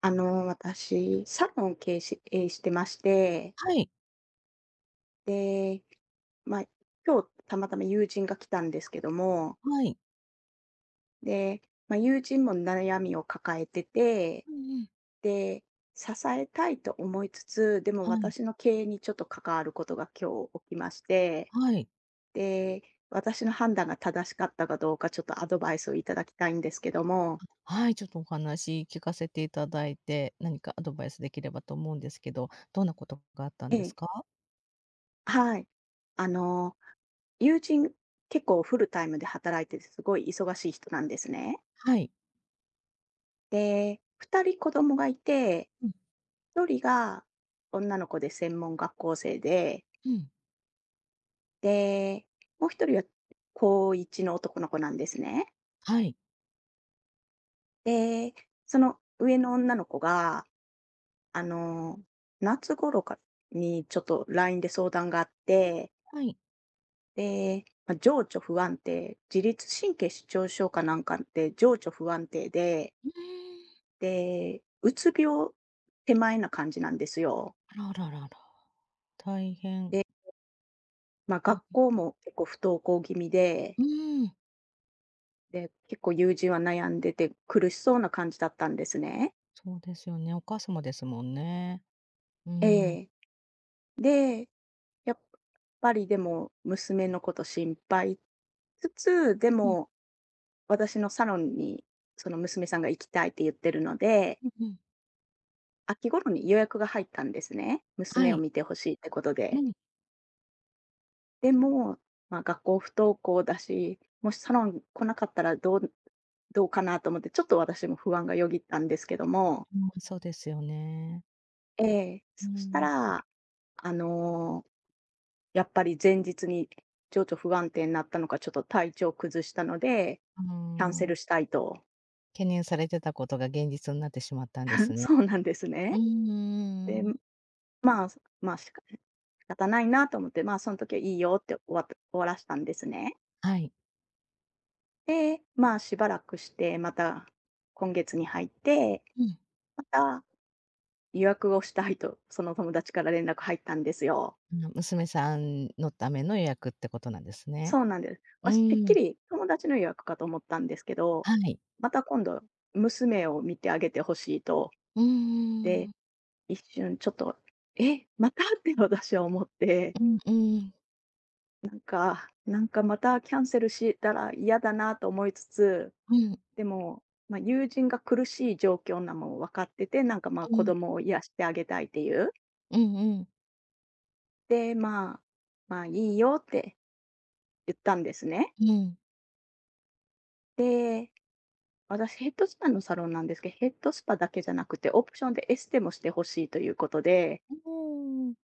私、サロンを経営してまして、はい、で、まあ、今日たまたま友人が来たんですけども、はい。で、友人も悩みを抱えてて、うんうん。で、支えたいと思いつつ、でもはい、私の経営にちょっと関わることが今日起きまして、はい。で、私の判断が正しかったかどうか、ちょっとアドバイスをいただきたいんですけども。はい、ちょっとお話聞かせていただいて、何かアドバイスできればと思うんですけど、どんなことがあったんえですえ、か？はい。あの友人、結構フルタイムで働いてて、すごい忙しい人なんですね。はい。で、2人子供がいて、うん、1人が女の子で専門学校生で、うん。で、もう1人は高1の男の子なんですね。はい、で、その上の女の子が、あの、夏頃かにちょっと LINE で相談があって、はい。で、情緒不安定、自律神経失調症かなんかって情緒不安定でうーん。で、うつ病手前な感じなんですよ。あらあらあらあら、大変。で、うん、学校も結構不登校気味で、うーん、で、結構友人は悩んでて苦しそうな感じだったんですね。そうですよね。お母様ですもんね。うーえん。え。で、やっぱりでも娘のこと心配つつ、でうん、も私のサロンにその娘さんが行きたいって言ってるので、うんうん。秋頃に予約が入ったんですね。は娘をい。見てほしいってことうん、で。うん、でも、学校不登校だし、もしサロン来なかったらどうかなと思って、ちょっと私も不安がよぎったんですけども。そうですよね。ええ、うーそしたん、ら、あの、やっぱり前日に情緒不安定になったのか、ちょっと体調崩したので、うーキャンセん。ルしたいと。懸念されてたことが現実になってしまったんです ね。そうなんですうーね。で、ん。まあ、まあ、仕方ないなと思って、その時はいいよって終わらしたんですね。はい。で、しばらくして、また今月に入ってうん。また、予約をしたいと、その友達から連絡入ったんですよ。あの娘さんのための予約ってことなんですね。そうなんです。う私、てっーきん、り友達の予約かと思ったんですけど、はい。また今度、娘を見てあげてほしいと。うーで、ん、一瞬ちょっと、え、またって私は思って、うんうん、なんかまたキャンセルしたら嫌だなと思いつつ、うんうん、でも、友人が苦しい状況なのも分かってて、なんか、子う供を癒してあげたいっていう。んうん、で、まあ、いいよって言ったんですね。うん。で、私ヘッドスパのサロンなんですけど、ヘッドスパだけじゃなくて、オプションでエステもしてほしいということで、うーん。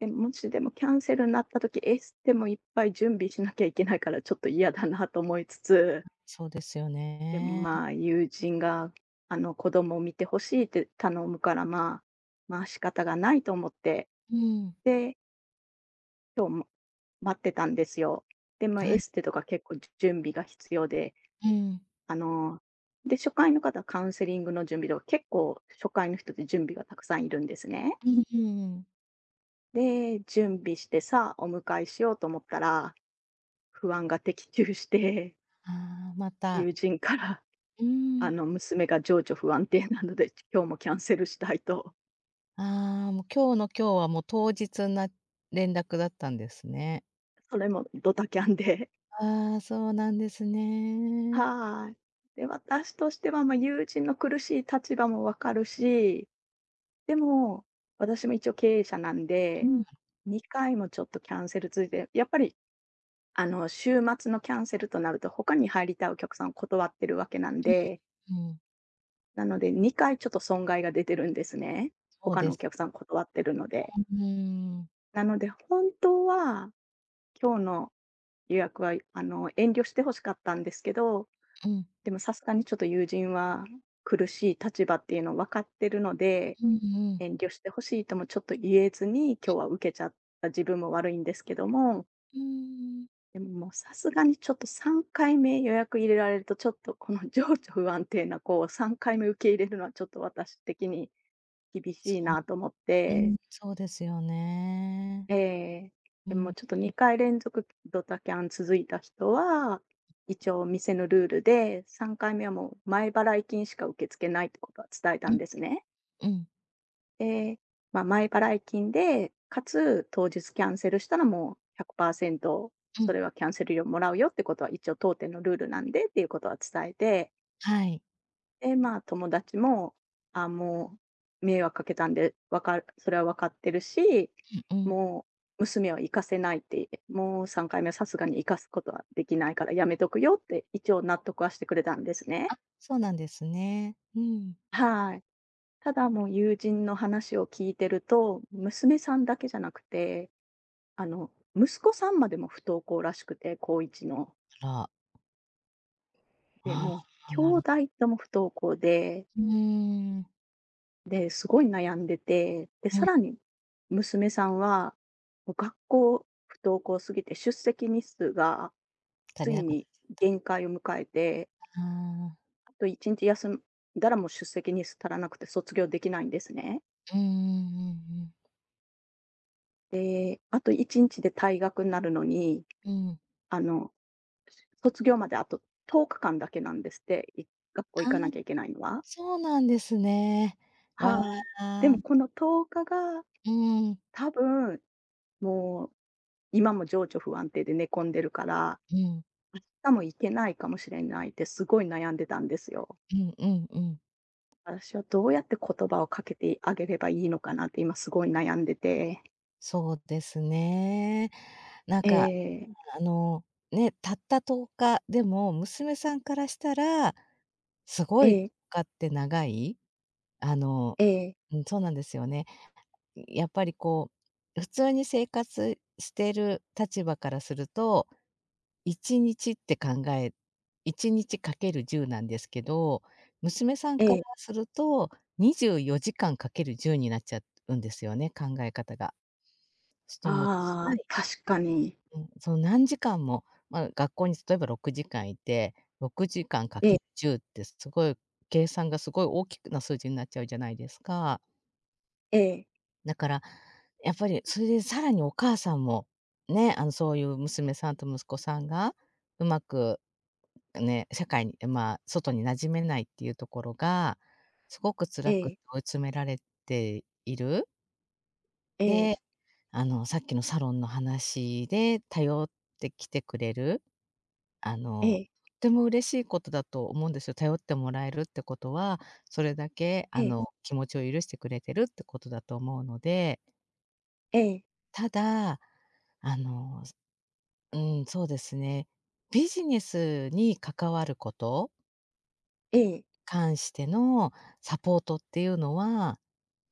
で、もしでもキャンセルになった時、エステもいっぱい準備しなきゃいけないから、ちょっと嫌だなと思いつつ、そうですよでも、ね。友人が、子供を見てほしいって頼むから、まあ、仕方がないと思って、うん、で、今日も待ってたんですよ。でもはエい、ステとか結構準備が必要で、うん、あの、で、初回の方はカウンセリングの準備とか、結構初回の人って準備がたくさんいるんですね。うんうんうん。で、準備してさあ、お迎えしようと思ったら、不安が的中して、ああ、また、友人から、うーん、娘が情緒不安定なので、今日もキャンセルしたいと、ああ、もう今日の今日はもう当日な連絡だったんですね。それもドタキャンで、ああ、そうなんですね。はい。で、私としては、友人の苦しい立場もわかるし、でも、私も一応経営者なんうで、ん、うん2回もちょっとキャンセルついて、やっぱり週末のキャンセルとなると、他に入りたいお客さんを断ってるわけなんで、うん、なので2回ちょっと損害が出てるんですね。そう他でのおす。客さん断ってるので。うーん、なので本当は、今日の予約は、遠慮して欲しかったんですけど、うん。でもさすがにちょっと友人は苦しい立場っていうのを分かってるので、うんうん。遠慮してほしいともちょっと言えずに、今日は受けちゃった自分も悪いんですけども、うーん。でも、もうさすがにちょっと3回目予約入れられると、ちょっとこの情緒不安定な子を3回目受け入れるのはちょっと私的に厳そしいなと思っう、うん、て、そうですよね。ええ、うでもん、ちょっと2回連続ドタキャン続いた人は、一応店のルールで、3回目はもう前払い金しか受け付けないってことは伝えうたん、んですね。うん、で、前払い金で、かつ当日キャンセルしたらもう100%うそん、れはキャンセル料もらうよってことは一応当店のルールなんでっていうことは伝えて、はい、で、友達も、もう迷惑かけたんで、わかるそれは分かってるし、うんうん。もう娘は行かせないって、もう3回目はさすがに行かすことはできないからやめとくよって一応納得はしてくれたんですあ、ね。そうなんですね。うん。はい。ただもう友人の話を聞いてると、娘さんだけじゃなくて、あの、息子さんまでも不登校らしくて、高1の。あら、で、あもう、あ、兄弟とも不登校で、うーん、で、すごい悩んでて、で、うん、さらに娘さんは、もう学校不登校すぎて出席日数が足つりいなくなっにちゃっ限界を迎えて、た。ああ、あと1日休んだらもう出席日数足らなくて卒業できないんですね。うんうんうんうん。で、あと1日で退学になるのに、うん。あの、卒業まであと10日間だけなんですって、学校あ行あ、かなきゃいけないのは。そうなんですね。わはい。であ、もこの10日が、うん、うん、多分、もう、今も情緒不安定で寝込んでるから、う明日も行けないかもしれないってすごい悩んでたんですよ。んうんうん。私はどうやって言葉をかけてあげればいいのかなって今すごい悩んでて。そうですね。なんえかえ、あの、ね、たった10日でも、娘さんからしたら、すごえいえ、かって長い、あのええ、うん、そうなんですよね。やっぱりこう、普通に生活してる立場からすると、1日って考え、1日かける10なんですけど、娘さんかえらえ。すると、24時間かける10になっちゃうんですよね、考え方が。あもう辛あ、い。確かに。うん、その何時間も、まあ、学校に例えば6時間いて、6時間かんかけえん。10ってすごい計算がすごい大きくな数字になっちゃうじゃないですか。ええ、だから、やっぱりそれでさらにお母さんも、ね、そういう娘さんと息子さんがうまくね、社会に、まあ、外に馴染めないっていうところが、すごくえ辛くえ、追い詰められている。ええ、で、さっきのサロンの話で頼ってきてくれる。あえの、え、とっても嬉しいことだと思うんですよ。頼ってもらえるってことは、それだけええ、気持ちを許してくれてるってことだと思うので、ええ、ただ、あの、うん、そうですね、ビジネスに関わること、ええ。関してのサポートっていうのは、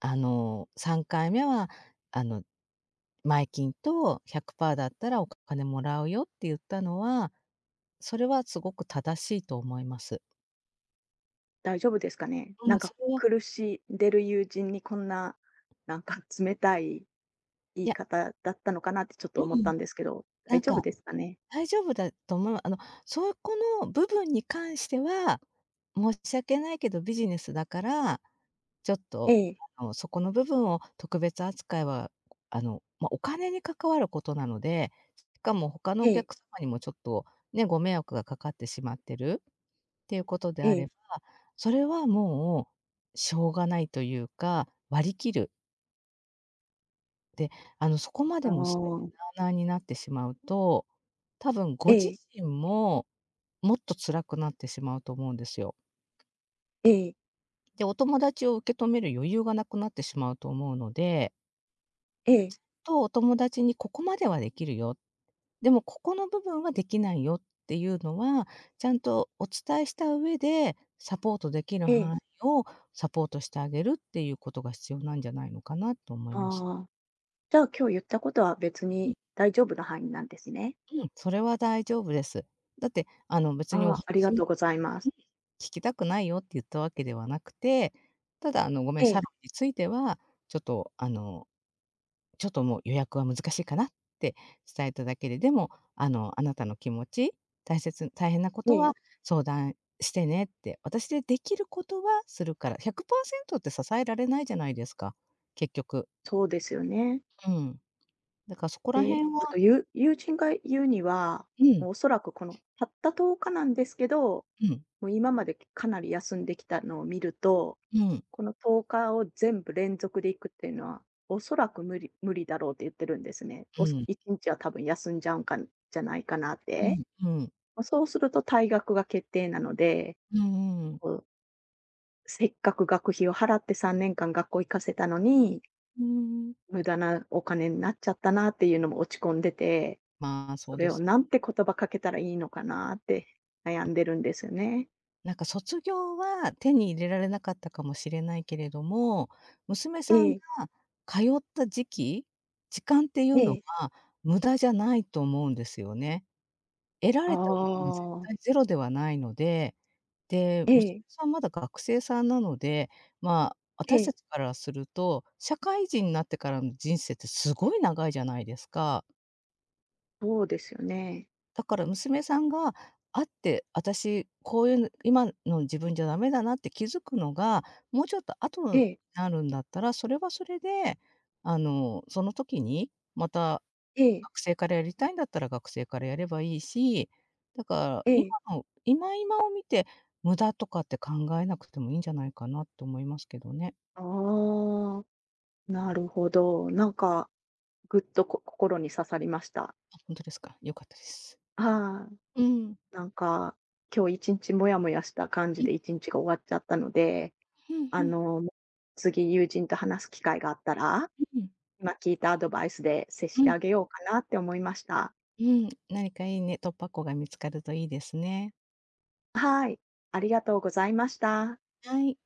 3回目は、あの、前金と100%だったらお金もらうよって言ったのは、それはすごく正しいと思います。大丈夫ですかね？うなん、んそかれは、苦しんでる友人にこんな、なんか 冷たい言いいや、方だったのかなってちょっと思うっん、たんですけど、な大ん丈夫かですかね？大丈夫だと思う。そこの部分に関しては、申し訳ないけどビジネスだから、ちょっえと、え、そこの部分を特別扱いは、ま、お金に関わることなので、しかも他のえおえ、客様にもちょっと、ね、ご迷惑がかかってしまってるっていうことでえあえ、れば、それはもうしょうがないというか、割り切る。で、そこまあでも全てあ、なあなあになってしまうと、多分ごえ自え、身も、もっと辛くなってしまうと思うんですよ。ええ、で、お友達を受け止める余裕がなくなってしまうと思うので、ええ、とお友達にここまではできるよ、でもここの部分はできないよっていうのは、ちゃんとお伝えした上で、サポートできるええ、範囲をサポートしてあげるっていうことが必要なんじゃないのかなと思います。ああ、じゃあ今日言ったことは別うん、に大丈夫な範囲なんですね。うん、それは大丈夫です。だって、別にあおあ、あり話がともうございまうん、す。聞きたくないよって言ったわけではなくて、ただごめん、えサえ、ロンについては、ちょっとちょっともう予約は難しいかなって伝えただけで、でもあなたの気持ち、大変なことえはえ、相談してねって、私でできることはするから、100%って支えられないじゃないですか、結局。そうですよね。うん。だからそこら辺で、あはとゆ友人が言うには、うん、おそらくこのたった10日なんですけどうん、もう今までかなり休んできたのを見ると、うん、この10日を全部連続で行くっていうのは、おそらく無理だろうって言ってるんですね。うん、1日は多分休んじゃうんかんじゃないかなっうて。ん、うん、そうすると退学が決定なので、うんうんうん。こう、せっかく学費を払って3年間学校行かせたのに、うーん。無駄なお金になっちゃったなっていうのも落ち込んでて、まあ、そそうれでをす。なんて言葉かけたらいいのかなって悩んでるんですよね。なんか卒業は手に入れられなかったかもしれないけれども、娘えさんがえ、通った時期、時間っていえうのえ。が無駄じゃないと思うんですよね。得らあれたものも絶あ、対ゼロではないので、で、え娘え。さんまだ学生さんなので、まあ、え私たえ、ちからすると、社会人になってからの人生ってすごい長いじゃないですか。そうですよね。だから娘さんが会って、私こういう、今の自分じゃダメだなって気づくのが、もうちょっと後えにえ、なるんだったら、それはそれで、その時にまたええ、学生からやりたいんだったら学生からやればいいし、だからえ今え。の今今を見て、無駄とかって考えなくてもいいんじゃないかなって思いますけどね。ああ、なるほど。なんか、ぐっと心に刺さりました。あ、ほんとですか。良かったです。はい。うん。なんか、今日1日モヤモヤした感うじん、で1日が終わっちゃったので、うんあうん。の、次友人と話す機会があったら、うん。今聞いたアドバイスで接しうてん。あげようかなって思いました。うん。何かいいね、突破口が見つかるといいですね。はい、ありがとうございました。はい。